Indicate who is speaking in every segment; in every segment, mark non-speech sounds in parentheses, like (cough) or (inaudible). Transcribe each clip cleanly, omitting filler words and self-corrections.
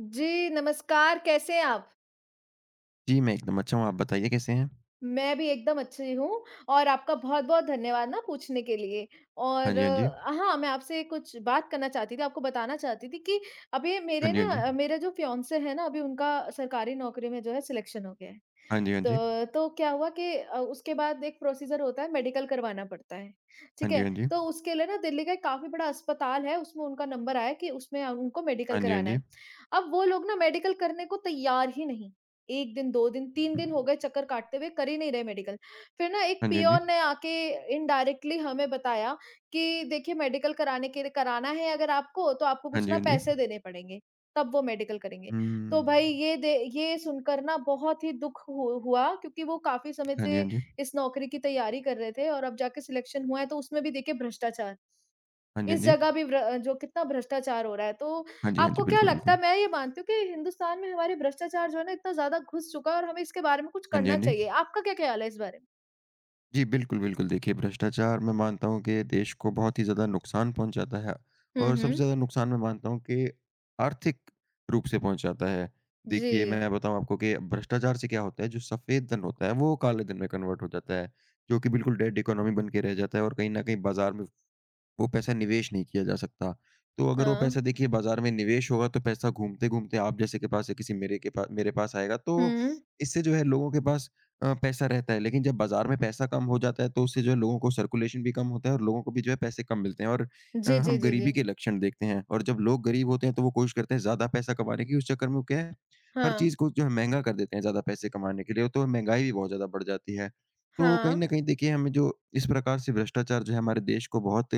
Speaker 1: जी, नमस्कार, कैसे हैं आप?
Speaker 2: जी, मैं एकदम अच्छा हूँ, आप बताइए कैसे हैं?
Speaker 1: मैं भी एकदम अच्छी हूँ और आपका बहुत-बहुत धन्यवाद ना पूछने के लिए।
Speaker 2: हाँ
Speaker 1: और
Speaker 2: जी, हाँ जी।
Speaker 1: हाँ, मैं आपसे कुछ बात करना चाहती थी, आपको बताना चाहती थी कि अभी
Speaker 2: हाँ
Speaker 1: मेरे ना
Speaker 2: जी,
Speaker 1: मेरा जो फियांसे है ना, अभी उनका सरकारी नौकरी में जो है सिलेक्शन हो गया है।
Speaker 2: हाँ जी।
Speaker 1: तो क्या हुआ कि उसके बाद एक प्रोसीजर होता है मेडिकल करवाना पड़ता है,
Speaker 2: हाँ
Speaker 1: ठीक
Speaker 2: जी,
Speaker 1: है?
Speaker 2: हाँ जी।
Speaker 1: तो उसके लिए ना दिल्ली का एक काफ़ी बड़ा अस्पताल है, उसमें उनका नंबर आया कि उसमें उनको मेडिकल
Speaker 2: हाँ जी, हाँ
Speaker 1: कराना
Speaker 2: जी।
Speaker 1: है। अब वो लोग ना मेडिकल करने को तैयार ही नहीं। 1 दिन, 2 दिन, 3 दिन हो गए चक्कर काटते हुए, कर ही नहीं रहे मेडिकल। फिर ना एक
Speaker 2: हाँ
Speaker 1: पियोन ने आके इनडायरेक्टली हमें बताया कि देखिए मेडिकल कराने के लिए कराना है अगर आपको, तो आपको
Speaker 2: जी, हाँ
Speaker 1: कुछ ना
Speaker 2: जी।
Speaker 1: पैसे देने पड़ेंगे, तब वो मेडिकल करेंगे। तो भाई
Speaker 2: हुँ।
Speaker 1: ये सुनकर ना बहुत ही दुःख हु हुआ क्योंकि वो काफ़ी समय
Speaker 2: हाँ जी,
Speaker 1: से
Speaker 2: हाँ जी।
Speaker 1: इस नौकरी की तैयारी कर रहे थे और अब जाके सिलेक्शन हुआ है तो उसमें भी देखिए भ्रष्टाचार।
Speaker 2: हाँ जी, हाँ जी। हुँ। हाँ जी, हाँ जी।
Speaker 1: इस
Speaker 2: हाँ जी, हाँ
Speaker 1: जगह
Speaker 2: जी।
Speaker 1: भी ब्र जो कितना भ्रष्टाचार हो रहा है। तो
Speaker 2: हाँ जी, हाँ जी।
Speaker 1: आपको क्या
Speaker 2: बिल्कुल,
Speaker 1: लगता
Speaker 2: बिल्कुल।
Speaker 1: है मैं ये मानती हूँ कि हिंदुस्तान में हमारे भ्रष्टाचार जो है ना इतना ज़्यादा घुस चुका है और हमें इसके बारे में कुछ
Speaker 2: हाँ जी,
Speaker 1: करना
Speaker 2: हाँ जी।
Speaker 1: चाहिए। आपका क्या ख़्याल है इस बारे में?
Speaker 2: जी, बिल्कुल, बिल्कुल। देखिए, भ्रष्टाचार मैं मानता हूँ कि देश को बहुत ही ज़्यादा नुकसान पहुँचाता है
Speaker 1: हुँ,
Speaker 2: और सबसे
Speaker 1: हुँ।
Speaker 2: ज़्यादा नुकसान मैं मानता हूँ कि आर्थिक रूप से पहुँचाता है।
Speaker 1: जी।
Speaker 2: देखिए, मैं बताऊँ आपको कि भ्रष्टाचार से क्या होता है, जो सफ़ेद धन होता है, वो काले धन में कन्वर्ट हो जाता है, जो कि बिल्कुल डेड इकोनॉमी बन के रह जाता है और कहीं न कहीं बाज़ार में वो पैसा निवेश नहीं किया जा सकता। तो अगर वो
Speaker 1: हाँ।
Speaker 2: पैसा देखिए बाज़ार में निवेश होगा तो पैसा घूमते-घूमते आप जैसे के पास या किसी मेरे के पा मेरे पास आएगा। तो
Speaker 1: हुँ।
Speaker 2: इससे जो है लोगों के पास पैसा रहता है। लेकिन जब बाज़ार में पैसा कम हो जाता है तो उससे जो है लोगों को सर्कुलेशन भी कम होता है और लोगों को भी जो है पैसे कम मिलते हैं और
Speaker 1: जी, जी,
Speaker 2: हम
Speaker 1: जी, जी।
Speaker 2: गरीबी के लक्षण देखते हैं। और जब लोग गरीब होते हैं तो वो कोशिश करते हैं ज़्यादा पैसा कमाने की। उस चक्कर में वो क्या है हर
Speaker 1: हाँ।
Speaker 2: चीज़ को जो है महँगा कर देते हैं ज़्यादा पैसे कमाने के लिए। तो महँगाई भी बहुत ज़्यादा बढ़ जाती है। तो कहीं न
Speaker 1: हाँ।
Speaker 2: कहीं देखिए हमें जो इस प्रकार से भ्रष्टाचार जो है हमारे देश को बहुत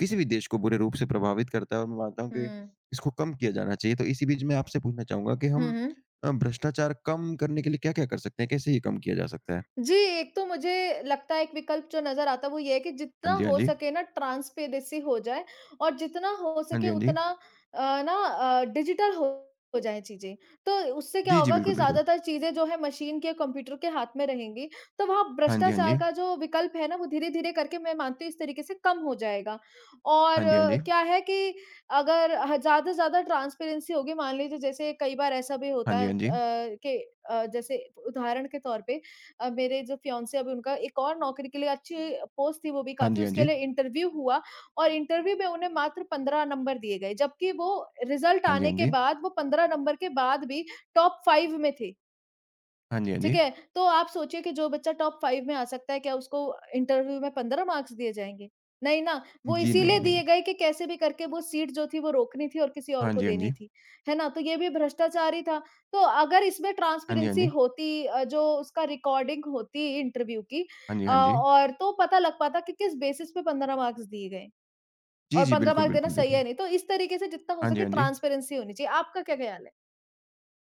Speaker 2: किसी भी देश को बुरे रूप से प्रभावित करता है और मैं मानता हूँ कि
Speaker 1: हुँ।
Speaker 2: इसको कम किया जाना चाहिए। तो इसी बीच मैं आपसे पूछना चाहूँगा कि
Speaker 1: हुँ,
Speaker 2: हम
Speaker 1: हुँ।
Speaker 2: भ्रष्टाचार कम करने के लिए क्या-क्या कर सकते हैं? कैसे ये कम किया जा सकता है?
Speaker 1: जी, एक तो मुझे लगता है एक विकल्प जो नज़र आता है वो ये है कि जितना
Speaker 2: हाँ जी, हाँ
Speaker 1: हो
Speaker 2: जी।
Speaker 1: सके ना ट्रांसपेरेंसी हो जाए और जितना हो
Speaker 2: हाँ जी,
Speaker 1: सके
Speaker 2: हाँ जी।
Speaker 1: उतना डिजिटल हो जाएँ चीज़ें। तो उससे क्या
Speaker 2: जी, जी,
Speaker 1: होगा कि
Speaker 2: बिल्कुल, बिल्कुल।
Speaker 1: ज़्यादातर चीज़ें जो है मशीन के कंप्यूटर के हाथ में रहेंगी, तो वहाँ
Speaker 2: हाँ जी, हाँ
Speaker 1: भ्रष्टाचार
Speaker 2: जी।
Speaker 1: का जो विकल्प है ना वो धीरे-धीरे करके मैं मानती हूँ इस तरीके से कम हो जाएगा। और
Speaker 2: हाँ जी, हाँ जी।
Speaker 1: क्या है कि अगर ह ज़्यादा से ज़्यादा ट्रांसपेरेंसी होगी मान लीजिए जैसे कई बार ऐसा भी
Speaker 2: हाँ
Speaker 1: होता
Speaker 2: जी,
Speaker 1: है
Speaker 2: हाँ जी।
Speaker 1: कि जैसे उदाहरण के तौर पे मेरे जो फियांसे अभी उनका एक और नौकरी के लिए अच्छी पोस्ट थी वो भी
Speaker 2: हाँ जी,
Speaker 1: काफ़ी
Speaker 2: हाँ
Speaker 1: उसके
Speaker 2: जी।
Speaker 1: लिए इंटरव्यू हुआ और इंटरव्यू में उन्हें मात्र 15 नंबर दिए गए जबकि वो रिज़ल्ट
Speaker 2: हाँ जी, हाँ
Speaker 1: आने के
Speaker 2: जी।
Speaker 1: बाद वो 15 नंबर के बाद भी टॉप 5 में थे।
Speaker 2: हाँ जी, हाँ
Speaker 1: ठीक
Speaker 2: जी।
Speaker 1: है, तो आप सोचिए कि जो बच्चा टॉप 5 में आ सकता है, क्या उसको इंटरव्यू में 15 मार्क्स दिए जाएँगे? नहीं ना, वो
Speaker 2: जी, नहीं,
Speaker 1: इसीलिए
Speaker 2: नहीं।
Speaker 1: दिए गए कि कैसे भी करके वो सीट जो थी वो रोकनी थी और किसी और
Speaker 2: हाँ
Speaker 1: को
Speaker 2: जी, हाँ
Speaker 1: देनी
Speaker 2: जी।
Speaker 1: थी। है ना? तो ये भी भ्रष्टाचार ही था। तो अगर इसमें
Speaker 2: हाँ जी, हाँ
Speaker 1: ट्रांसपेरेंसी
Speaker 2: जी।
Speaker 1: होती जो उसका रिकॉर्डिंग होती इंटरव्यू की
Speaker 2: हाँ जी, हाँ जी।
Speaker 1: और तो पता लग पाता कि किस बेसिस पे 15 मार्क्स दिए गए
Speaker 2: जी,
Speaker 1: और
Speaker 2: जी,
Speaker 1: 15
Speaker 2: बिल्कुल,
Speaker 1: मार्क्स देना
Speaker 2: बिल्कुल
Speaker 1: सही
Speaker 2: देखिए।
Speaker 1: है नहीं। तो इस तरीके से जितना हो
Speaker 2: हाँ जी,
Speaker 1: सके
Speaker 2: हाँ जी।
Speaker 1: ट्रांसपेरेंसी होनी चाहिए। आपका क्या ख्याल है?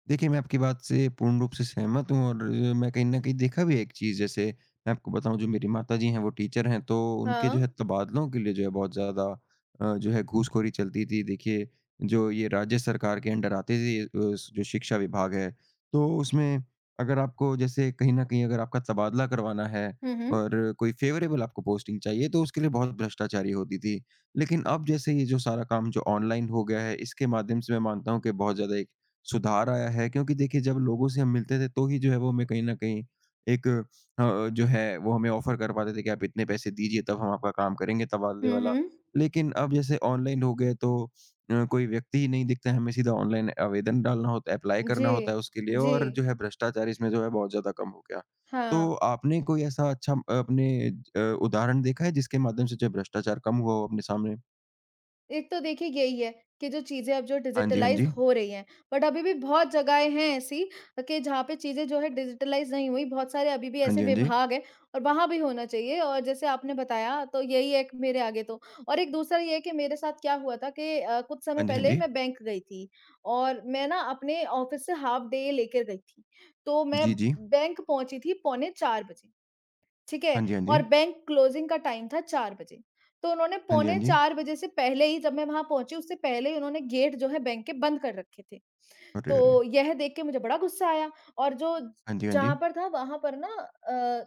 Speaker 2: देखिए, मैं आपकी बात से पूर्ण रूप से सहमत हूँ और मैं कहीं न कहीं देखा भी है एक चीज़ जैसे मैं आपको बताऊँ जो मेरी माताजी हैं वो टीचर हैं, तो उनके जो है
Speaker 1: हाँ।
Speaker 2: तबादलों के लिए जो है बहुत ज़्यादा जो है घूसखोरी चलती थी। देखिए, जो ये राज्य सरकार के अंडर आते थे जो शिक्षा विभाग है, तो उसमें अगर आपको जैसे कहीं न कहीं अगर आपका तबादला करवाना है
Speaker 1: हुँ, हुँ।
Speaker 2: और कोई फ़ेवरेबल आपको पोस्टिंग चाहिए, तो उसके लिए बहुत भ्रष्टाचारी होती थी। लेकिन अब जैसे ये जो सारा काम जो ऑनलाइन हो गया है, इसके माध्यम से मैं मानता हूँ कि बहुत ज़्यादा एक सुधार आया है क्योंकि देखिए जब लोगों से हम मिलते थे तो ही जो है वो हमें कहीं न कहीं एक जो है वो हमें ऑफ़र कर पाते थे कि आप इतने पैसे दीजिए तब हम आपका काम करेंगे तबादले
Speaker 1: हुँ,
Speaker 2: वाला।
Speaker 1: हुँ।
Speaker 2: लेकिन अब जैसे ऑनलाइन हो गए तो कोई व्यक्ति ही नहीं दिखता है, हमें सीधा ऑनलाइन आवेदन डालना होता है, अप्लाई करना
Speaker 1: जी,
Speaker 2: होता है उसके लिए
Speaker 1: जी।
Speaker 2: और जो है भ्रष्टाचार इसमें जो है बहुत ज़्यादा कम हो गया।
Speaker 1: हाँ,
Speaker 2: तो आपने कोई ऐसा अच्छा अपने उदाहरण देखा है जिसके माध्यम से जो है भ्रष्टाचार कम हुआ हो अपने सामने?
Speaker 1: एक तो देखिए यही है कि जो चीज़ें अब जो
Speaker 2: हाँ जी, हाँ
Speaker 1: डिजिटलाइज़
Speaker 2: जी।
Speaker 1: हो रही हैं, बट अभी भी बहुत जगहें हैं ऐसी कि जहाँ पे चीज़ें जो है डिजिटलाइज़ नहीं हुई, बहुत सारे अभी भी
Speaker 2: हाँ
Speaker 1: ऐसे
Speaker 2: जी, हाँ जी।
Speaker 1: विभाग हैं और वहाँ भी होना चाहिए और जैसे आपने बताया तो यही एक मेरे आगे तो और एक दूसरा ये है कि मेरे साथ क्या हुआ था कि कुछ समय
Speaker 2: हाँ जी, हाँ
Speaker 1: पहले
Speaker 2: जी।
Speaker 1: मैं बैंक गई थी और मैं ना अपने ऑफ़िस से हाफ डे लेकर गई थी, तो मैं
Speaker 2: जी, जी।
Speaker 1: बैंक पहुँची थी पौने 4 बजे। ठीक
Speaker 2: हाँ
Speaker 1: है?
Speaker 2: जी, हाँ जी।
Speaker 1: और बैंक क्लोजिंग का टाइम था 4 बजे। तो उन्होंने
Speaker 2: हाँ जी, हाँ
Speaker 1: पौने
Speaker 2: जी।
Speaker 1: 4 बजे से पहले ही जब मैं वहाँ पहुँची उससे पहले ही उन्होंने गेट जो है बैंक के बंद कर रखे थे।
Speaker 2: अरे, अरे!
Speaker 1: तो यह देख के मुझे बड़ा गुस्सा आया और जो
Speaker 2: हाँ जी, हाँ जी।
Speaker 1: जहाँ पर था वहाँ पर ना, अ,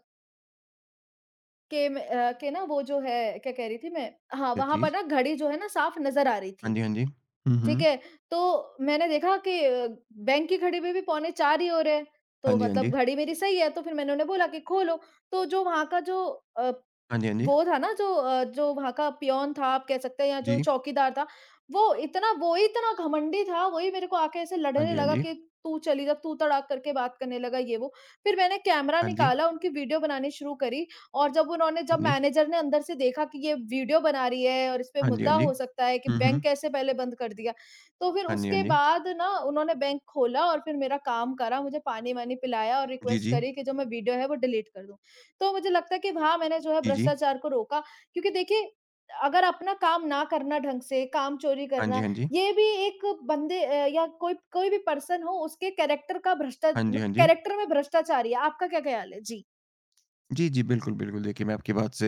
Speaker 1: के में अ, के ना वो जो है क्या कह रही थी मैं? हाँ,
Speaker 2: क्या
Speaker 1: वहाँ पर
Speaker 2: चीज़?
Speaker 1: ना घड़ी जो है ना साफ नज़र आ रही
Speaker 2: हाँ
Speaker 1: थी।
Speaker 2: जी, हाँ जी। हुँ,
Speaker 1: ठीक
Speaker 2: हुँ।
Speaker 1: है, तो मैंने देखा कि बैंक की घड़ी में भी पौने 4 ही हो रहे हैं,
Speaker 2: हाँ
Speaker 1: तो
Speaker 2: जी, हाँ जी।
Speaker 1: मतलब घड़ी मेरी सही है, तो फिर मैंने उन्हें बोला कि खोलो, तो जो वहाँ का जो अ,
Speaker 2: हाँ जी, हाँ जी।
Speaker 1: वो था ना जो जो वहाँ का पियोन था आप कह सकते हैं या जो
Speaker 2: जी।
Speaker 1: चौकीदार था, वो इतना वो ही इतना घमंडी था, वही मेरे को आके ऐसे
Speaker 2: हाँ
Speaker 1: लड़ने
Speaker 2: जी, हाँ
Speaker 1: लगा
Speaker 2: जी।
Speaker 1: कि तू चली जा, तू तड़ाक करके बात करने लगा ये वो। फिर मैंने कैमरा
Speaker 2: हाँ जी,
Speaker 1: निकाला, उनकी वीडियो बनानी शुरू करी और जब उन्होंने
Speaker 2: हाँ
Speaker 1: जब
Speaker 2: जी।
Speaker 1: मैनेजर ने अंदर से देखा कि ये वीडियो बना रही है और इस पे
Speaker 2: हाँ जी, हाँ
Speaker 1: मुद्दा
Speaker 2: जी।
Speaker 1: हो सकता है कि
Speaker 2: हुँ,
Speaker 1: बैंक
Speaker 2: हुँ।
Speaker 1: कैसे पहले बंद कर दिया। तो फिर
Speaker 2: हाँ जी, हाँ
Speaker 1: उसके
Speaker 2: जी।
Speaker 1: बाद ना उन्होंने बैंक खोला और फिर मेरा काम करा, मुझे पानी-वानी पिलाया और
Speaker 2: जी,
Speaker 1: रिक्वेस्ट
Speaker 2: जी।
Speaker 1: करी कि जो मैं वीडियो है वो डिलीट कर दूँ। तो मुझे लगता है कि वहाँ मैंने जो है
Speaker 2: जी, जी।
Speaker 1: भ्रष्टाचार को रोका क्योंकि देखिए अगर अपना काम ना करना ढंग से, काम चोरी
Speaker 2: हाँ जी,
Speaker 1: करना,
Speaker 2: हाँ जी।
Speaker 1: ये भी एक बंदे या कोई कोई भी पर्सन हो उसके कैरेक्टर का भ्रष्टा
Speaker 2: हाँ जी, हाँ जी।
Speaker 1: कैरेक्टर में भ्रष्टाचार ही है। आपका क्या ख़्याल है? जी।
Speaker 2: जी, जी, बिल्कुल, बिल्कुल। देखिए, मैं आपकी बात से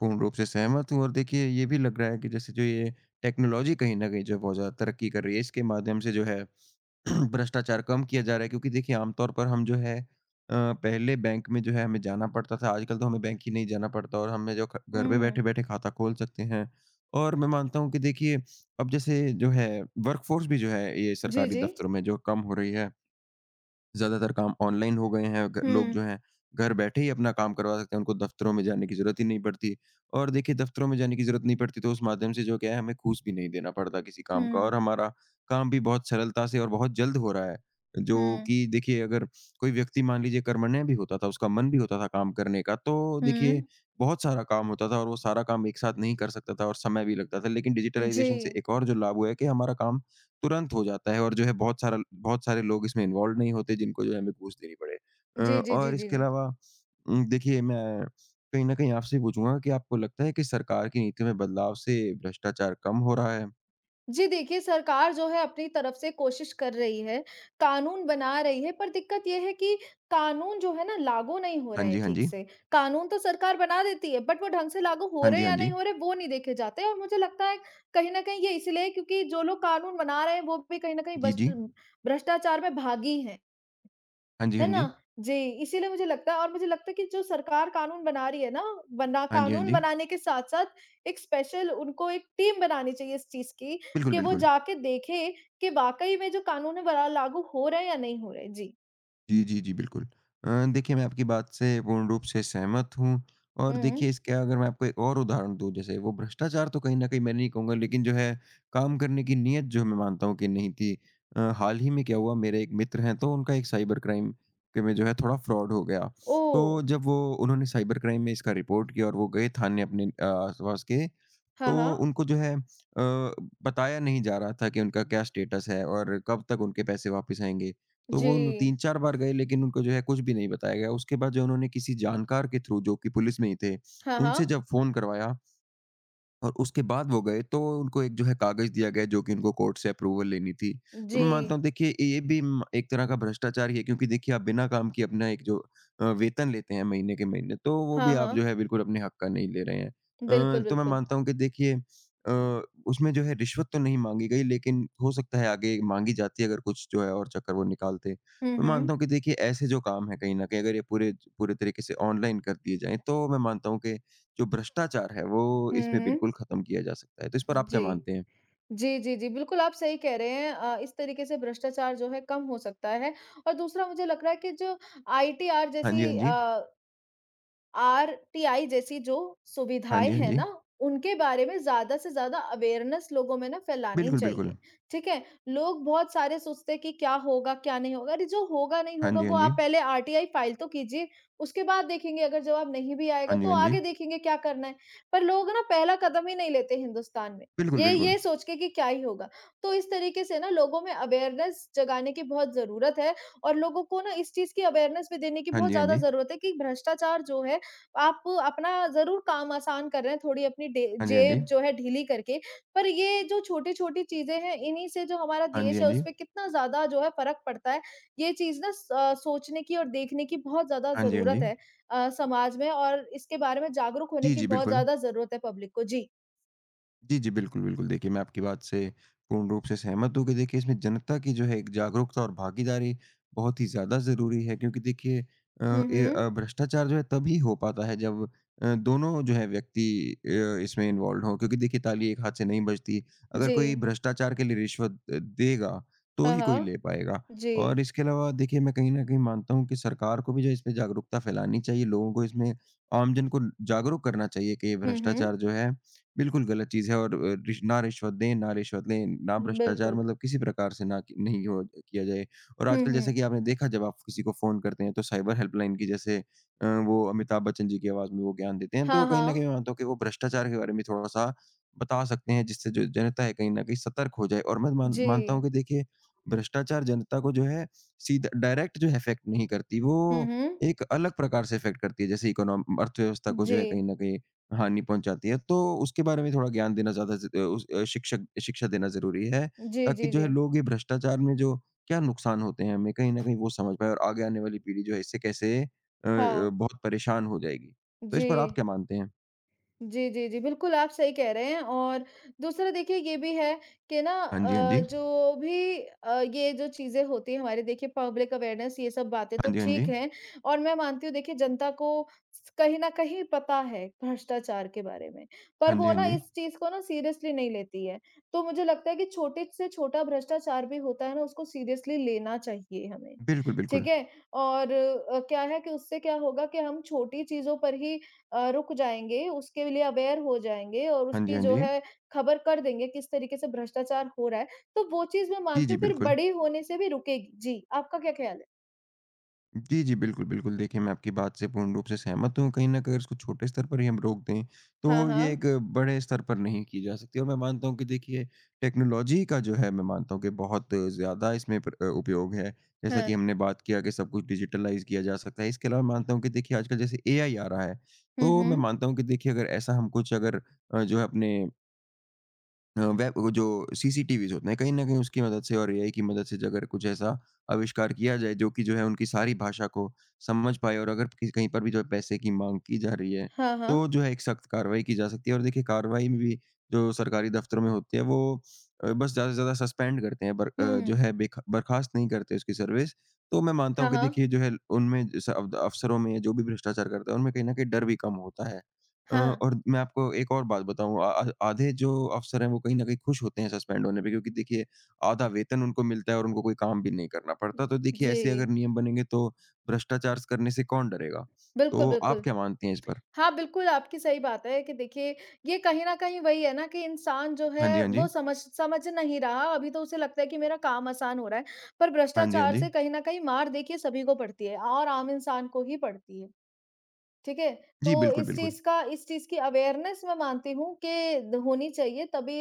Speaker 2: पूर्ण रूप से सहमत हूँ और देखिए, ये भी लग रहा है कि जैसे जो ये टेक्नोलॉजी कहीं न कहीं जो है बहुत ज़्यादा तरक्की कर रही है, इसके माध्यम से जो है (clears throat) भ्रष्टाचार कम किया जा रहा है क्योंकि देखिए आमतौर पर हम जो है पहले बैंक में जो है हमें जाना पड़ता था आजकल तो हमें बैंक ही नहीं जाना पड़ता और हमें जो घर पे
Speaker 1: हुँ।
Speaker 2: बैठे बैठे खाता खोल सकते हैं और मैं मानता हूँ कि देखिए अब जैसे जो है वर्कफोर्स भी जो है ये
Speaker 1: जी,
Speaker 2: सरकारी
Speaker 1: जी।
Speaker 2: दफ्तरों में जो कम हो रही है ज़्यादातर काम ऑनलाइन हो गए हैं, ग
Speaker 1: हुँ।
Speaker 2: लोग जो हैं घर बैठे ही अपना काम करवा सकते हैं, उनको दफ़्तरों में जाने की ज़रूरत ही नहीं पड़ती। और देखिए दफ़्तरों में जाने की ज़रूरत नहीं पड़ती, तो उस माध्यम से जो क्या है हमें घूस भी नहीं देना पड़ता किसी काम का और
Speaker 1: हुँ,
Speaker 2: हमारा काम भी बहुत सरलता से और बहुत जल्द हो रहा है। जो
Speaker 1: हुँ,
Speaker 2: कि देखिए अगर कोई व्यक्ति मान लीजिए कर्मण्य भी होता था, उसका मन भी होता था काम करने का, तो देखिए
Speaker 1: हुँ।
Speaker 2: बहुत सारा काम होता था और वो सारा काम एक साथ नहीं कर सकता था और समय भी लगता था। लेकिन डिजिटलाइज़ेशन से
Speaker 1: जी।
Speaker 2: एक और जो लाभ हुआ है कि हमारा काम तुरंत हो जाता है और जो है बहुत सारे लोग इसमें इन्वॉल्व नहीं होते जिनको जो है हमें घूस देनी पड़े।
Speaker 1: जी, जी, जी,
Speaker 2: और
Speaker 1: जी,
Speaker 2: इसके
Speaker 1: जी।
Speaker 2: अलावा देखिए मैं कहीं न कहीं आपसे पूछूँगा कि आपको लगता है कि सरकार की नीतियों में बदलाव से भ्रष्टाचार कम हो रहा है?
Speaker 1: जी देखिए, सरकार जो है अपनी तरफ से कोशिश कर रही है, कानून बना रही है, पर दिक्कत ये है कि कानून जो है ना लागू नहीं हो
Speaker 2: हाँ
Speaker 1: रहे हैं
Speaker 2: जी, हाँ
Speaker 1: ठीक
Speaker 2: जी।
Speaker 1: से। कानून तो सरकार बना देती है, बट वो ढंग से लागू हो
Speaker 2: हाँ
Speaker 1: रहे
Speaker 2: जी,
Speaker 1: हैं
Speaker 2: हाँ
Speaker 1: या
Speaker 2: जी।
Speaker 1: नहीं हो रहे, वो नहीं देखे जाते हैं और मुझे लगता है कहीं न कहीं ये इसलिए है, क्योंकि जो लोग कानून बना रहे हैं, वो भी कहीं न कहीं
Speaker 2: जी,
Speaker 1: बस्ट
Speaker 2: जी।
Speaker 1: भ्रष्टाचार में भागी हैं।
Speaker 2: हाँ जी, हाँ
Speaker 1: है ना?
Speaker 2: जी।
Speaker 1: जी, इसीलिए मुझे लगता है और मुझे लगता है कि जो सरकार कानून बना रही है ना, बना
Speaker 2: हाँ जी, हाँ
Speaker 1: कानून
Speaker 2: जी।
Speaker 1: बनाने के साथ-साथ एक स्पेशल उनको एक टीम बनानी चाहिए इस चीज़ की,
Speaker 2: बिल्कुल,
Speaker 1: कि वो
Speaker 2: बिल्कुल।
Speaker 1: जाके देखें कि वाक़ई में जो कानून है बड़ा लागू हो रहे हैं या नहीं हो रहे। जी।
Speaker 2: जी, जी, जी, बिल्कुल। देखिए मैं आपकी बात से पूर्ण रूप से सहमत हूँ और
Speaker 1: हुँ।
Speaker 2: देखिए इसका अगर मैं आपको एक और उदाहरण दूँ जैसे वो भ्रष्टाचार तो कहीं न कहीं मैं नहीं कहूँगा लेकिन जो है काम करने की नीयत जो मैं मानता हूँ कि नहीं थी। हाल ही में क्या हुआ मेरे एक मित्र हैं तो उनका एक साइबर क्राइम के में जो है थोड़ा फ्रॉड हो गया।
Speaker 1: ओह!
Speaker 2: तो जब वो उन्होंने साइबर क्राइम में इसका रिपोर्ट किया और वो गए थाने अपने आस-पास के तो
Speaker 1: हाँ, हाँ।
Speaker 2: उनको जो है बताया नहीं जा रहा था कि उनका क्या स्टेटस है और कब तक उनके पैसे वापस आएँगे। तो
Speaker 1: जी।
Speaker 2: वो उन 3-4 बार गए लेकिन उनको जो है कुछ भी नहीं बताया गया। उसके बाद जो उन्होंने किसी जानकार के थ्रू जो कि पुलिस में ही थे,
Speaker 1: हाँ,
Speaker 2: उनसे
Speaker 1: हाँ।
Speaker 2: जब फ़ोन करवाया और उसके बाद वो गए तो उनको एक जो है कागज़ दिया गया जो कि उनको कोर्ट से अप्रूवल लेनी थी। तो
Speaker 1: जी।
Speaker 2: मैं मानता हूँ देखिए ये भी म एक तरह का भ्रष्टाचार ही है क्योंकि देखिए आप बिना काम किए अपना एक जो वेतन लेते हैं महीने के महीने तो वो भी
Speaker 1: हाँ,
Speaker 2: आप जो
Speaker 1: हाँ।
Speaker 2: है बिल्कुल अपने हक का नहीं ले रहे हैं।
Speaker 1: बिल्कुल,
Speaker 2: तो मैं
Speaker 1: बिल्कुल।
Speaker 2: मानता हूँ कि देखिए अ, उसमें जो है रिश्वत तो नहीं माँगी गई लेकिन हो सकता है आगे माँगी जाती अगर कुछ जो है और चक्कर वो निकालते।
Speaker 1: हुँ,
Speaker 2: मैं
Speaker 1: हुँ।
Speaker 2: मानता हूँ कि देखिए ऐसे जो काम हैं कहीं न कहीं अगर ये पूरे पूरे तरीके से ऑनलाइन कर दिए जाएँ तो मैं मानता हूँ कि जो भ्रष्टाचार है, वो
Speaker 1: हुँ,
Speaker 2: इसमें
Speaker 1: हुँ।
Speaker 2: बिल्कुल ख़त्म किया जा सकता है। तो इस पर आप क्या
Speaker 1: जी।
Speaker 2: मानते हैं?
Speaker 1: जी, जी, जी। बिल्कुल, आप सही कह रहे हैं। इस तरीके से भ्रष्टाचार जो है कम हो सकता है और दूसरा मुझे लग रहा है कि जो आईटीआर
Speaker 2: हाँ जी, हाँ
Speaker 1: जैसी
Speaker 2: जी।
Speaker 1: अ, आरटीआई जैसी जो
Speaker 2: हाँ
Speaker 1: सुविधाएँ
Speaker 2: जी, हाँ
Speaker 1: हैं
Speaker 2: जी।
Speaker 1: ना, उनके बारे में ज़्यादा से ज़्यादा अवेयरनेस लोगों में ना फैलानी
Speaker 2: बिल्कुल, बिल्कुल।
Speaker 1: चाहिए, ठीक है? लोग बहुत सारे सोचते हैं कि क्या होगा, क्या नहीं होगा? अरे जो होगा, नहीं
Speaker 2: हाँ
Speaker 1: होगा
Speaker 2: जी, हाँ
Speaker 1: वो
Speaker 2: जी।
Speaker 1: आप पहले आरटीआई फाइल तो कीजिए, उसके बाद देखेंगे अगर जवाब नहीं भी आएगा
Speaker 2: हाँ जी,
Speaker 1: तो
Speaker 2: हाँ जी।
Speaker 1: आगे देखेंगे क्या करना है। पर लोग ना पहला कदम ही नहीं लेते हिंदुस्तान में,
Speaker 2: बिल्कुल, बिल्कुल।
Speaker 1: ये सोच के कि क्या ही होगा? तो इस तरीके से ना लोगों में अवेयरनेस जगाने की बहुत ज़रूरत है और लोगों को ना इस चीज़ की अवेयरनेस भी देने की
Speaker 2: हाँ
Speaker 1: बहुत
Speaker 2: जी, हाँ
Speaker 1: ज़्यादा
Speaker 2: जी।
Speaker 1: ज़रूरत है कि भ्रष्टाचार जो है आप अपना ज़रूर काम आसान कर रहे हैं, थोड़ी अपनी डे
Speaker 2: हाँ जी, हाँ जी।
Speaker 1: जेब जो है ढीली करके, पर ये जो छोटी-छोटी चीज़ें हैं, इन्हीं से जो हमारा
Speaker 2: हाँ जी,
Speaker 1: देश
Speaker 2: हाँ
Speaker 1: है,
Speaker 2: जी।
Speaker 1: उसपे कितना ज़्यादा जो है फ़र्क पड़ता है। ये चीज़ ना सोचने की और देखने की बहुत ज़्यादा
Speaker 2: हाँ जी, हाँ जी।
Speaker 1: ज़रूरत है समाज में और इसके बारे में जागरूक होने
Speaker 2: जी,
Speaker 1: की
Speaker 2: जी,
Speaker 1: बहुत
Speaker 2: बिल्कुल।
Speaker 1: ज़्यादा ज़रूरत है पब्लिक को। जी।
Speaker 2: जी, जी। बिल्कुल, बिल्कुल। देखिए, मैं आपकी बात से पूर्ण रूप से सहमत हूँ कि देखिए इसमें जनता की जो है एक जागरूकता और भागीदारी बहुत ही ज़्यादा ज़रूरी है क्योंकि देखिए
Speaker 1: हुँ, हुँ।
Speaker 2: भ्रष्टाचार जो है तभी हो पाता है जब दोनों जो है व्यक्ति इसमें इन्वॉल्वड हों क्योंकि देखिए ताली एक हाथ से नहीं बजती। अगर
Speaker 1: जी।
Speaker 2: कोई भ्रष्टाचार के लिए रिश्वत देगा, तो
Speaker 1: हाँ,
Speaker 2: ही कोई ले
Speaker 1: हाँ।
Speaker 2: पाएगा।
Speaker 1: जी।
Speaker 2: और इसके अलावा देखिए मैं कहीं न कहीं मानता हूँ कि सरकार को भी जो है इसमें जागरूकता फैलानी चाहिए, लोगों को इसमें आमजन को जागरूक करना चाहिए कि ये
Speaker 1: हुँ, हुँ।
Speaker 2: भ्रष्टाचार जो है बिल्कुल गलत चीज़ है और अ, रिश ना रिश्वत दें, ना रिश्वत लें, ना भ्रष्टाचार
Speaker 1: बिल्कुल।
Speaker 2: मतलब किसी प्रकार से ना कि नहीं हो किया जाए। और
Speaker 1: हुँ,
Speaker 2: आजकल जैसा
Speaker 1: हुँ।
Speaker 2: कि आपने देखा जब आप किसी को फ़ोन करते हैं तो साइबर हेल्पलाइन की जैसे वो अमिताभ बच्चन जी की आवाज़ में वो ज्ञान देते हैं।
Speaker 1: हाँ,
Speaker 2: तो कहीं न
Speaker 1: हाँ।
Speaker 2: कहीं मैं मानता हूँ कि वो भ्रष्टाचार के बारे में थोड़ा-सा बता सकते हैं जिससे जो जनता है कहीं न कहीं सतर्क हो जाए। और मैं मान
Speaker 1: जी।
Speaker 2: मानता हूँ कि देखिए भ्रष्टाचार जनता को जो है सीधा डायरेक्ट जो है इफ़ेक्ट नहीं करती,
Speaker 1: हुँ,
Speaker 2: वो
Speaker 1: हुँ।
Speaker 2: एक अलग प्रकार से इफ़ेक्ट करती है। जैसे इकोनॉम अर्थव्यवस्था को जो
Speaker 1: जी।
Speaker 2: है कहीं न कहीं हानि पहुँचाती है, तो उसके बारे में थोड़ा ज्ञान देना ज़्यादा ज़ अ, उस अ, शिक्षक शिक्षा देना ज़रूरी है,
Speaker 1: जी,
Speaker 2: ताकि
Speaker 1: जी,
Speaker 2: जो
Speaker 1: जी।
Speaker 2: है लोग ये भ्रष्टाचार में जो क्या नुकसान होते हैं हमें, कहीं न कहीं वो समझ पाएँ और आगे आने वाली पीढ़ी जो है इससे
Speaker 1: हाँ।
Speaker 2: बहुत परेशान हो जाएगी। तो इस
Speaker 1: जी।
Speaker 2: पर आप क्या मानते हैं?
Speaker 1: जी, जी, जी। बिल्कुल, आप सही कह रहे हैं और दूसरा देखिए ये भी है कि ना
Speaker 2: हाँ जी, हाँ जी।
Speaker 1: ये जो चीज़ें होती हैं हमारी देखिए पब्लिक अवेयरनेस ये सब बातें तो
Speaker 2: हाँ जी, हाँ
Speaker 1: ठीक
Speaker 2: जी।
Speaker 1: हैं और मैं मानती हूँ देखिए जनता को स कहीं न कहीं पता है भ्रष्टाचार के बारे में, पर
Speaker 2: हाँ जी,
Speaker 1: वो
Speaker 2: हाँ
Speaker 1: ना
Speaker 2: जी।
Speaker 1: इस चीज़ को ना सीरियसली नहीं लेती है। तो मुझे लगता है कि छोटे से छोटा भ्रष्टाचार भी होता है ना उसको सीरियसली लेना चाहिए हमें,
Speaker 2: बिल्कुल, बिल्कुल।
Speaker 1: ठीक है? और क्या है कि उससे क्या होगा कि हम छोटी चीज़ों पर ही रुक जाएँगे, उसके लिए अवेयर हो जाएँगे और
Speaker 2: हाँ जी,
Speaker 1: उसकी
Speaker 2: हाँ
Speaker 1: जो
Speaker 2: जी।
Speaker 1: है खबर कर देंगे किस तरीके से भ्रष्टाचार हो रहा है, तो वो चीज़ मैं
Speaker 2: जी,
Speaker 1: मानती
Speaker 2: जी,
Speaker 1: हूँ फिर
Speaker 2: बिल्कुल।
Speaker 1: बड़ी होने से भी रुकेगी। जी, आपका क्या ख़्याल है?
Speaker 2: जी, जी। बिल्कुल, बिल्कुल। देखिए, मैं आपकी बात से पूर्ण रूप से सहमत हूँ। कहीं न कहीं अगर इसको छोटे स्तर पर ही हम रोक दें,
Speaker 1: हाँ,
Speaker 2: तो ये
Speaker 1: हाँ।
Speaker 2: एक बड़े स्तर पर नहीं की जा सकती। और मैं मानता हूँ कि देखिए, टेक्नोलॉजी का जो है, मैं मानता हूँ कि बहुत ज़्यादा इसमें उपयोग है। जैसा कि
Speaker 1: हाँ।
Speaker 2: हमने बात किया कि सब कुछ डिजिटलाइज़ किया जा सकता है। इसके अलावा मैं मानता हूँ कि देखिए, आजकल जैसे एआई आ रहा है,
Speaker 1: हुँ,
Speaker 2: तो मैं
Speaker 1: हुँ।
Speaker 2: मानता हूँ कि देखिए, अगर ऐसा हम कुछ अगर जो है अपने अ, वेब वो जो सीसीटीवीज़ होते हैं, कहीं न कहीं उसकी मदद से और एआई की मदद से जो अगर कुछ ऐसा आविष्कार किया जाए, जो कि जो है उनकी सारी भाषा को समझ पाए और अगर कि कहीं पर भी जो है पैसे की माँग की जा रही है,
Speaker 1: हाँ, हाँ।
Speaker 2: तो जो है एक सख्त कार्रवाई की जा सकती है। और देखिए कार्रवाई में भी जो सरकारी दफ़्तरों में होती है, वो बस ज़्यादा से ज़्यादा सस्पेंड करते हैं, बर अ, जो
Speaker 1: हुँ।
Speaker 2: है बेख बर्खास्त नहीं करते उसकी सर्विस। तो मैं मानता
Speaker 1: हाँ,
Speaker 2: हूँ कि देखिए
Speaker 1: हाँ।
Speaker 2: जो है उनमें स अफ अफ़सरों में जो भी भ्रष्टाचार करता है, उनमें कहीं न कहीं डर भी कम होता है। अ,
Speaker 1: हाँ।
Speaker 2: और मैं आपको एक और बात बताऊँ, आ आ आधे जो अफ़सर हैं वो कहीं न कहीं खुश होते हैं सस्पेंड होने पे, क्योंकि देखिए आधा वेतन उनको मिलता है और उनको कोई काम भी नहीं करना पड़ता। तो देखिए
Speaker 1: जी।
Speaker 2: ऐसे अगर नियम बनेंगे तो भ्रष्टाचार करने से कौन डरेगा?
Speaker 1: बिल्कुल,
Speaker 2: तो आप
Speaker 1: बिल्कुल।
Speaker 2: क्या मानती हैं इस पर?
Speaker 1: हाँ, बिल्कुल, आपकी सही बात है कि देखिए, ये कहीं न कहीं वही है ना कि इंसान जो
Speaker 2: हाँ जी,
Speaker 1: है
Speaker 2: हाँ
Speaker 1: वो
Speaker 2: जी।
Speaker 1: समझ समझ नहीं रहा, अभी तो उसे लगता है कि मेरा काम आसान हो रहा है, पर
Speaker 2: हाँ जी, हाँ
Speaker 1: भ्रष्टाचार
Speaker 2: जी।
Speaker 1: से कहीं न कहीं मार देखिए सभी को पड़ती है और आम इंसान को ही पड़ती है। ठीक है? तो
Speaker 2: जी, बिल्कुल,
Speaker 1: इस
Speaker 2: बिल्कुल।
Speaker 1: चीज़ का इस चीज़ की अवेयरनेस मैं मानती हूँ कि द होनी चाहिए तभी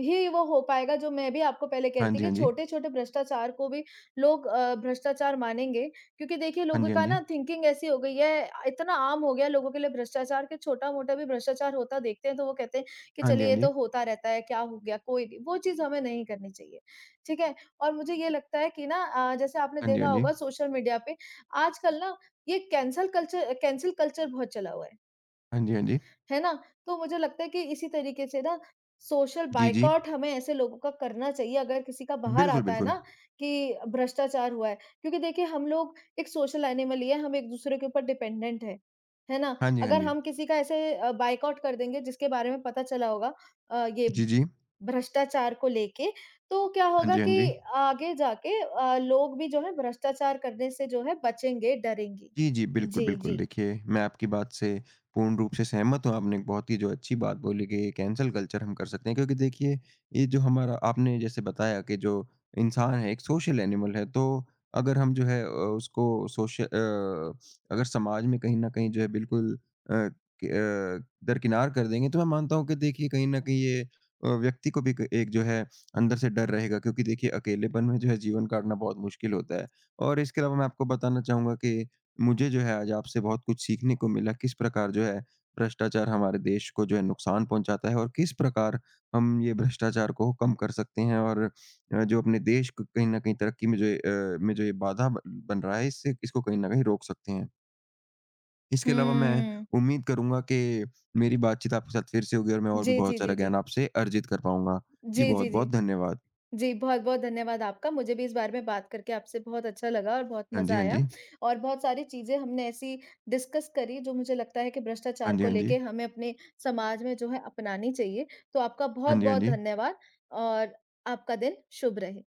Speaker 1: ही वो हो पाएगा जो मैं भी आपको पहले कह
Speaker 2: हाँ
Speaker 1: रही थी
Speaker 2: जी, हाँ
Speaker 1: कि
Speaker 2: जी।
Speaker 1: छोटे-छोटे भ्रष्टाचार को भी लोग भ्रष्टाचार मानेंगे। क्योंकि देखिए
Speaker 2: हाँ जी,
Speaker 1: लोगों
Speaker 2: हाँ
Speaker 1: का
Speaker 2: जी।
Speaker 1: ना थिंकिंग ऐसी हो गई है इतना आम हो गया है लोगों के लिए भ्रष्टाचार कि छोटा-मोटा भी भ्रष्टाचार होता देखते हैं तो वो कहते हैं कि
Speaker 2: हाँ जी,
Speaker 1: चलिए
Speaker 2: हाँ
Speaker 1: ये
Speaker 2: जी।
Speaker 1: तो होता रहता है, क्या हो गया कोई नहीं। वो चीज़ हमें नहीं करनी चाहिए, ठीक है? और मुझे ये लगता है कि ना जैसे आपने
Speaker 2: हाँ जी, हाँ
Speaker 1: देखा
Speaker 2: जी।
Speaker 1: होगा सोशल मीडिया पे आजकल ना ये कैंसल कल्चर बहुत चला हुआ
Speaker 2: हाँ जी, हाँ जी।
Speaker 1: है ना? तो मुझे लगता है कि इसी तरीके से ना सोशल
Speaker 2: जी, जी।
Speaker 1: बायकॉट हमें ऐसे लोगों का करना चाहिए अगर किसी का बाहर
Speaker 2: बिल्कुल,
Speaker 1: आता है
Speaker 2: बिल्कुल।
Speaker 1: ना कि भ्रष्टाचार हुआ है। क्योंकि देखिए हम लोग एक सोशल एनिमल ही है, हम एक-दूसरे के ऊपर डिपेंडेंट हैं, है ना?
Speaker 2: हाँ जी, हाँ
Speaker 1: अगर
Speaker 2: जी।
Speaker 1: हम किसी का ऐसे बायकॉट कर देंगे जिसके बारे में पता चला होगा ये
Speaker 2: जी, जी।
Speaker 1: भ्रष्टाचार को लेके, तो क्या
Speaker 2: हाँ
Speaker 1: होगा
Speaker 2: जी, हाँ
Speaker 1: कि
Speaker 2: जी।
Speaker 1: आगे जाके लोग भी जो है भ्रष्टाचार करने से जो है बचेंगे, डरेंगे।
Speaker 2: जी, जी। बिल्कुल,
Speaker 1: जी,
Speaker 2: बिल्कुल।
Speaker 1: जी।
Speaker 2: देखिए, मैं आपकी बात से पूर्ण रूप से सहमत हूँ। आपने एक बहुत ही जो अच्छी बात बोली कि ये कैंसल कल्चर हम कर सकते हैं क्योंकि देखिए, ये जो हमारा, आपने जैसे बताया कि जो इंसान है, एक सोशल एनिमल है, तो अगर हम जो है उसको सोश अ, अगर समाज में कहीं न कहीं जो है बिल्कुल दरकिनार कर देंगे, तो मैं मानता हूँ कि देखिए कहीं न कहीं ये व्यक्ति को भी क एक जो है अंदर से डर रहेगा, क्योंकि देखिए अकेलेपन में जो है जीवन काटना बहुत मुश्किल होता है। और इसके अलावा मैं आपको बताना चाहूँगा कि मुझे जो है आज आपसे बहुत कुछ सीखने को मिला किस प्रकार जो है भ्रष्टाचार हमारे देश को जो है नुकसान पहुंचाता है और किस प्रकार हम ये भ्रष्टाचार को कम कर सकते हैं और जो अपने देश को कहीं ना कहीं तरक्की में जो ये, अ, में जो ये बाधा बन रहा है, इससे इसको कहीं ना कहीं रोक सकते हैं। इसके अलावा मैं
Speaker 1: हम्म,
Speaker 2: उम्मीद करूंगा कि मेरी बातचीत आपके साथ फिर से होगी और मैं और भी
Speaker 1: जी,
Speaker 2: बहुत
Speaker 1: जी,
Speaker 2: सारा
Speaker 1: जी, जी।
Speaker 2: ज्ञान आपसे अर्जित कर पाऊंगा। जी
Speaker 1: जी,
Speaker 2: बहुत
Speaker 1: जी, जी।
Speaker 2: बहुत धन्यवाद।
Speaker 1: जी, बहुत-बहुत धन्यवाद आपका। मुझे भी इस बारे में बात करके आपसे बहुत अच्छा लगा और बहुत
Speaker 2: हाँ जी
Speaker 1: मज़ा
Speaker 2: हाँ
Speaker 1: आया
Speaker 2: जी।
Speaker 1: और बहुत सारी चीज़ें हमने ऐसी डिस्कस करी जो मुझे लगता है कि
Speaker 2: हाँ
Speaker 1: भ्रष्टाचार
Speaker 2: जी
Speaker 1: को
Speaker 2: हाँ जी।
Speaker 1: लेके हमें अपने समाज में जो है अपनानी चाहिए। तो आपका
Speaker 2: हाँ जी हाँ
Speaker 1: बहुत-बहुत
Speaker 2: जी।
Speaker 1: धन्यवाद और आपका दिन शुभ रहे।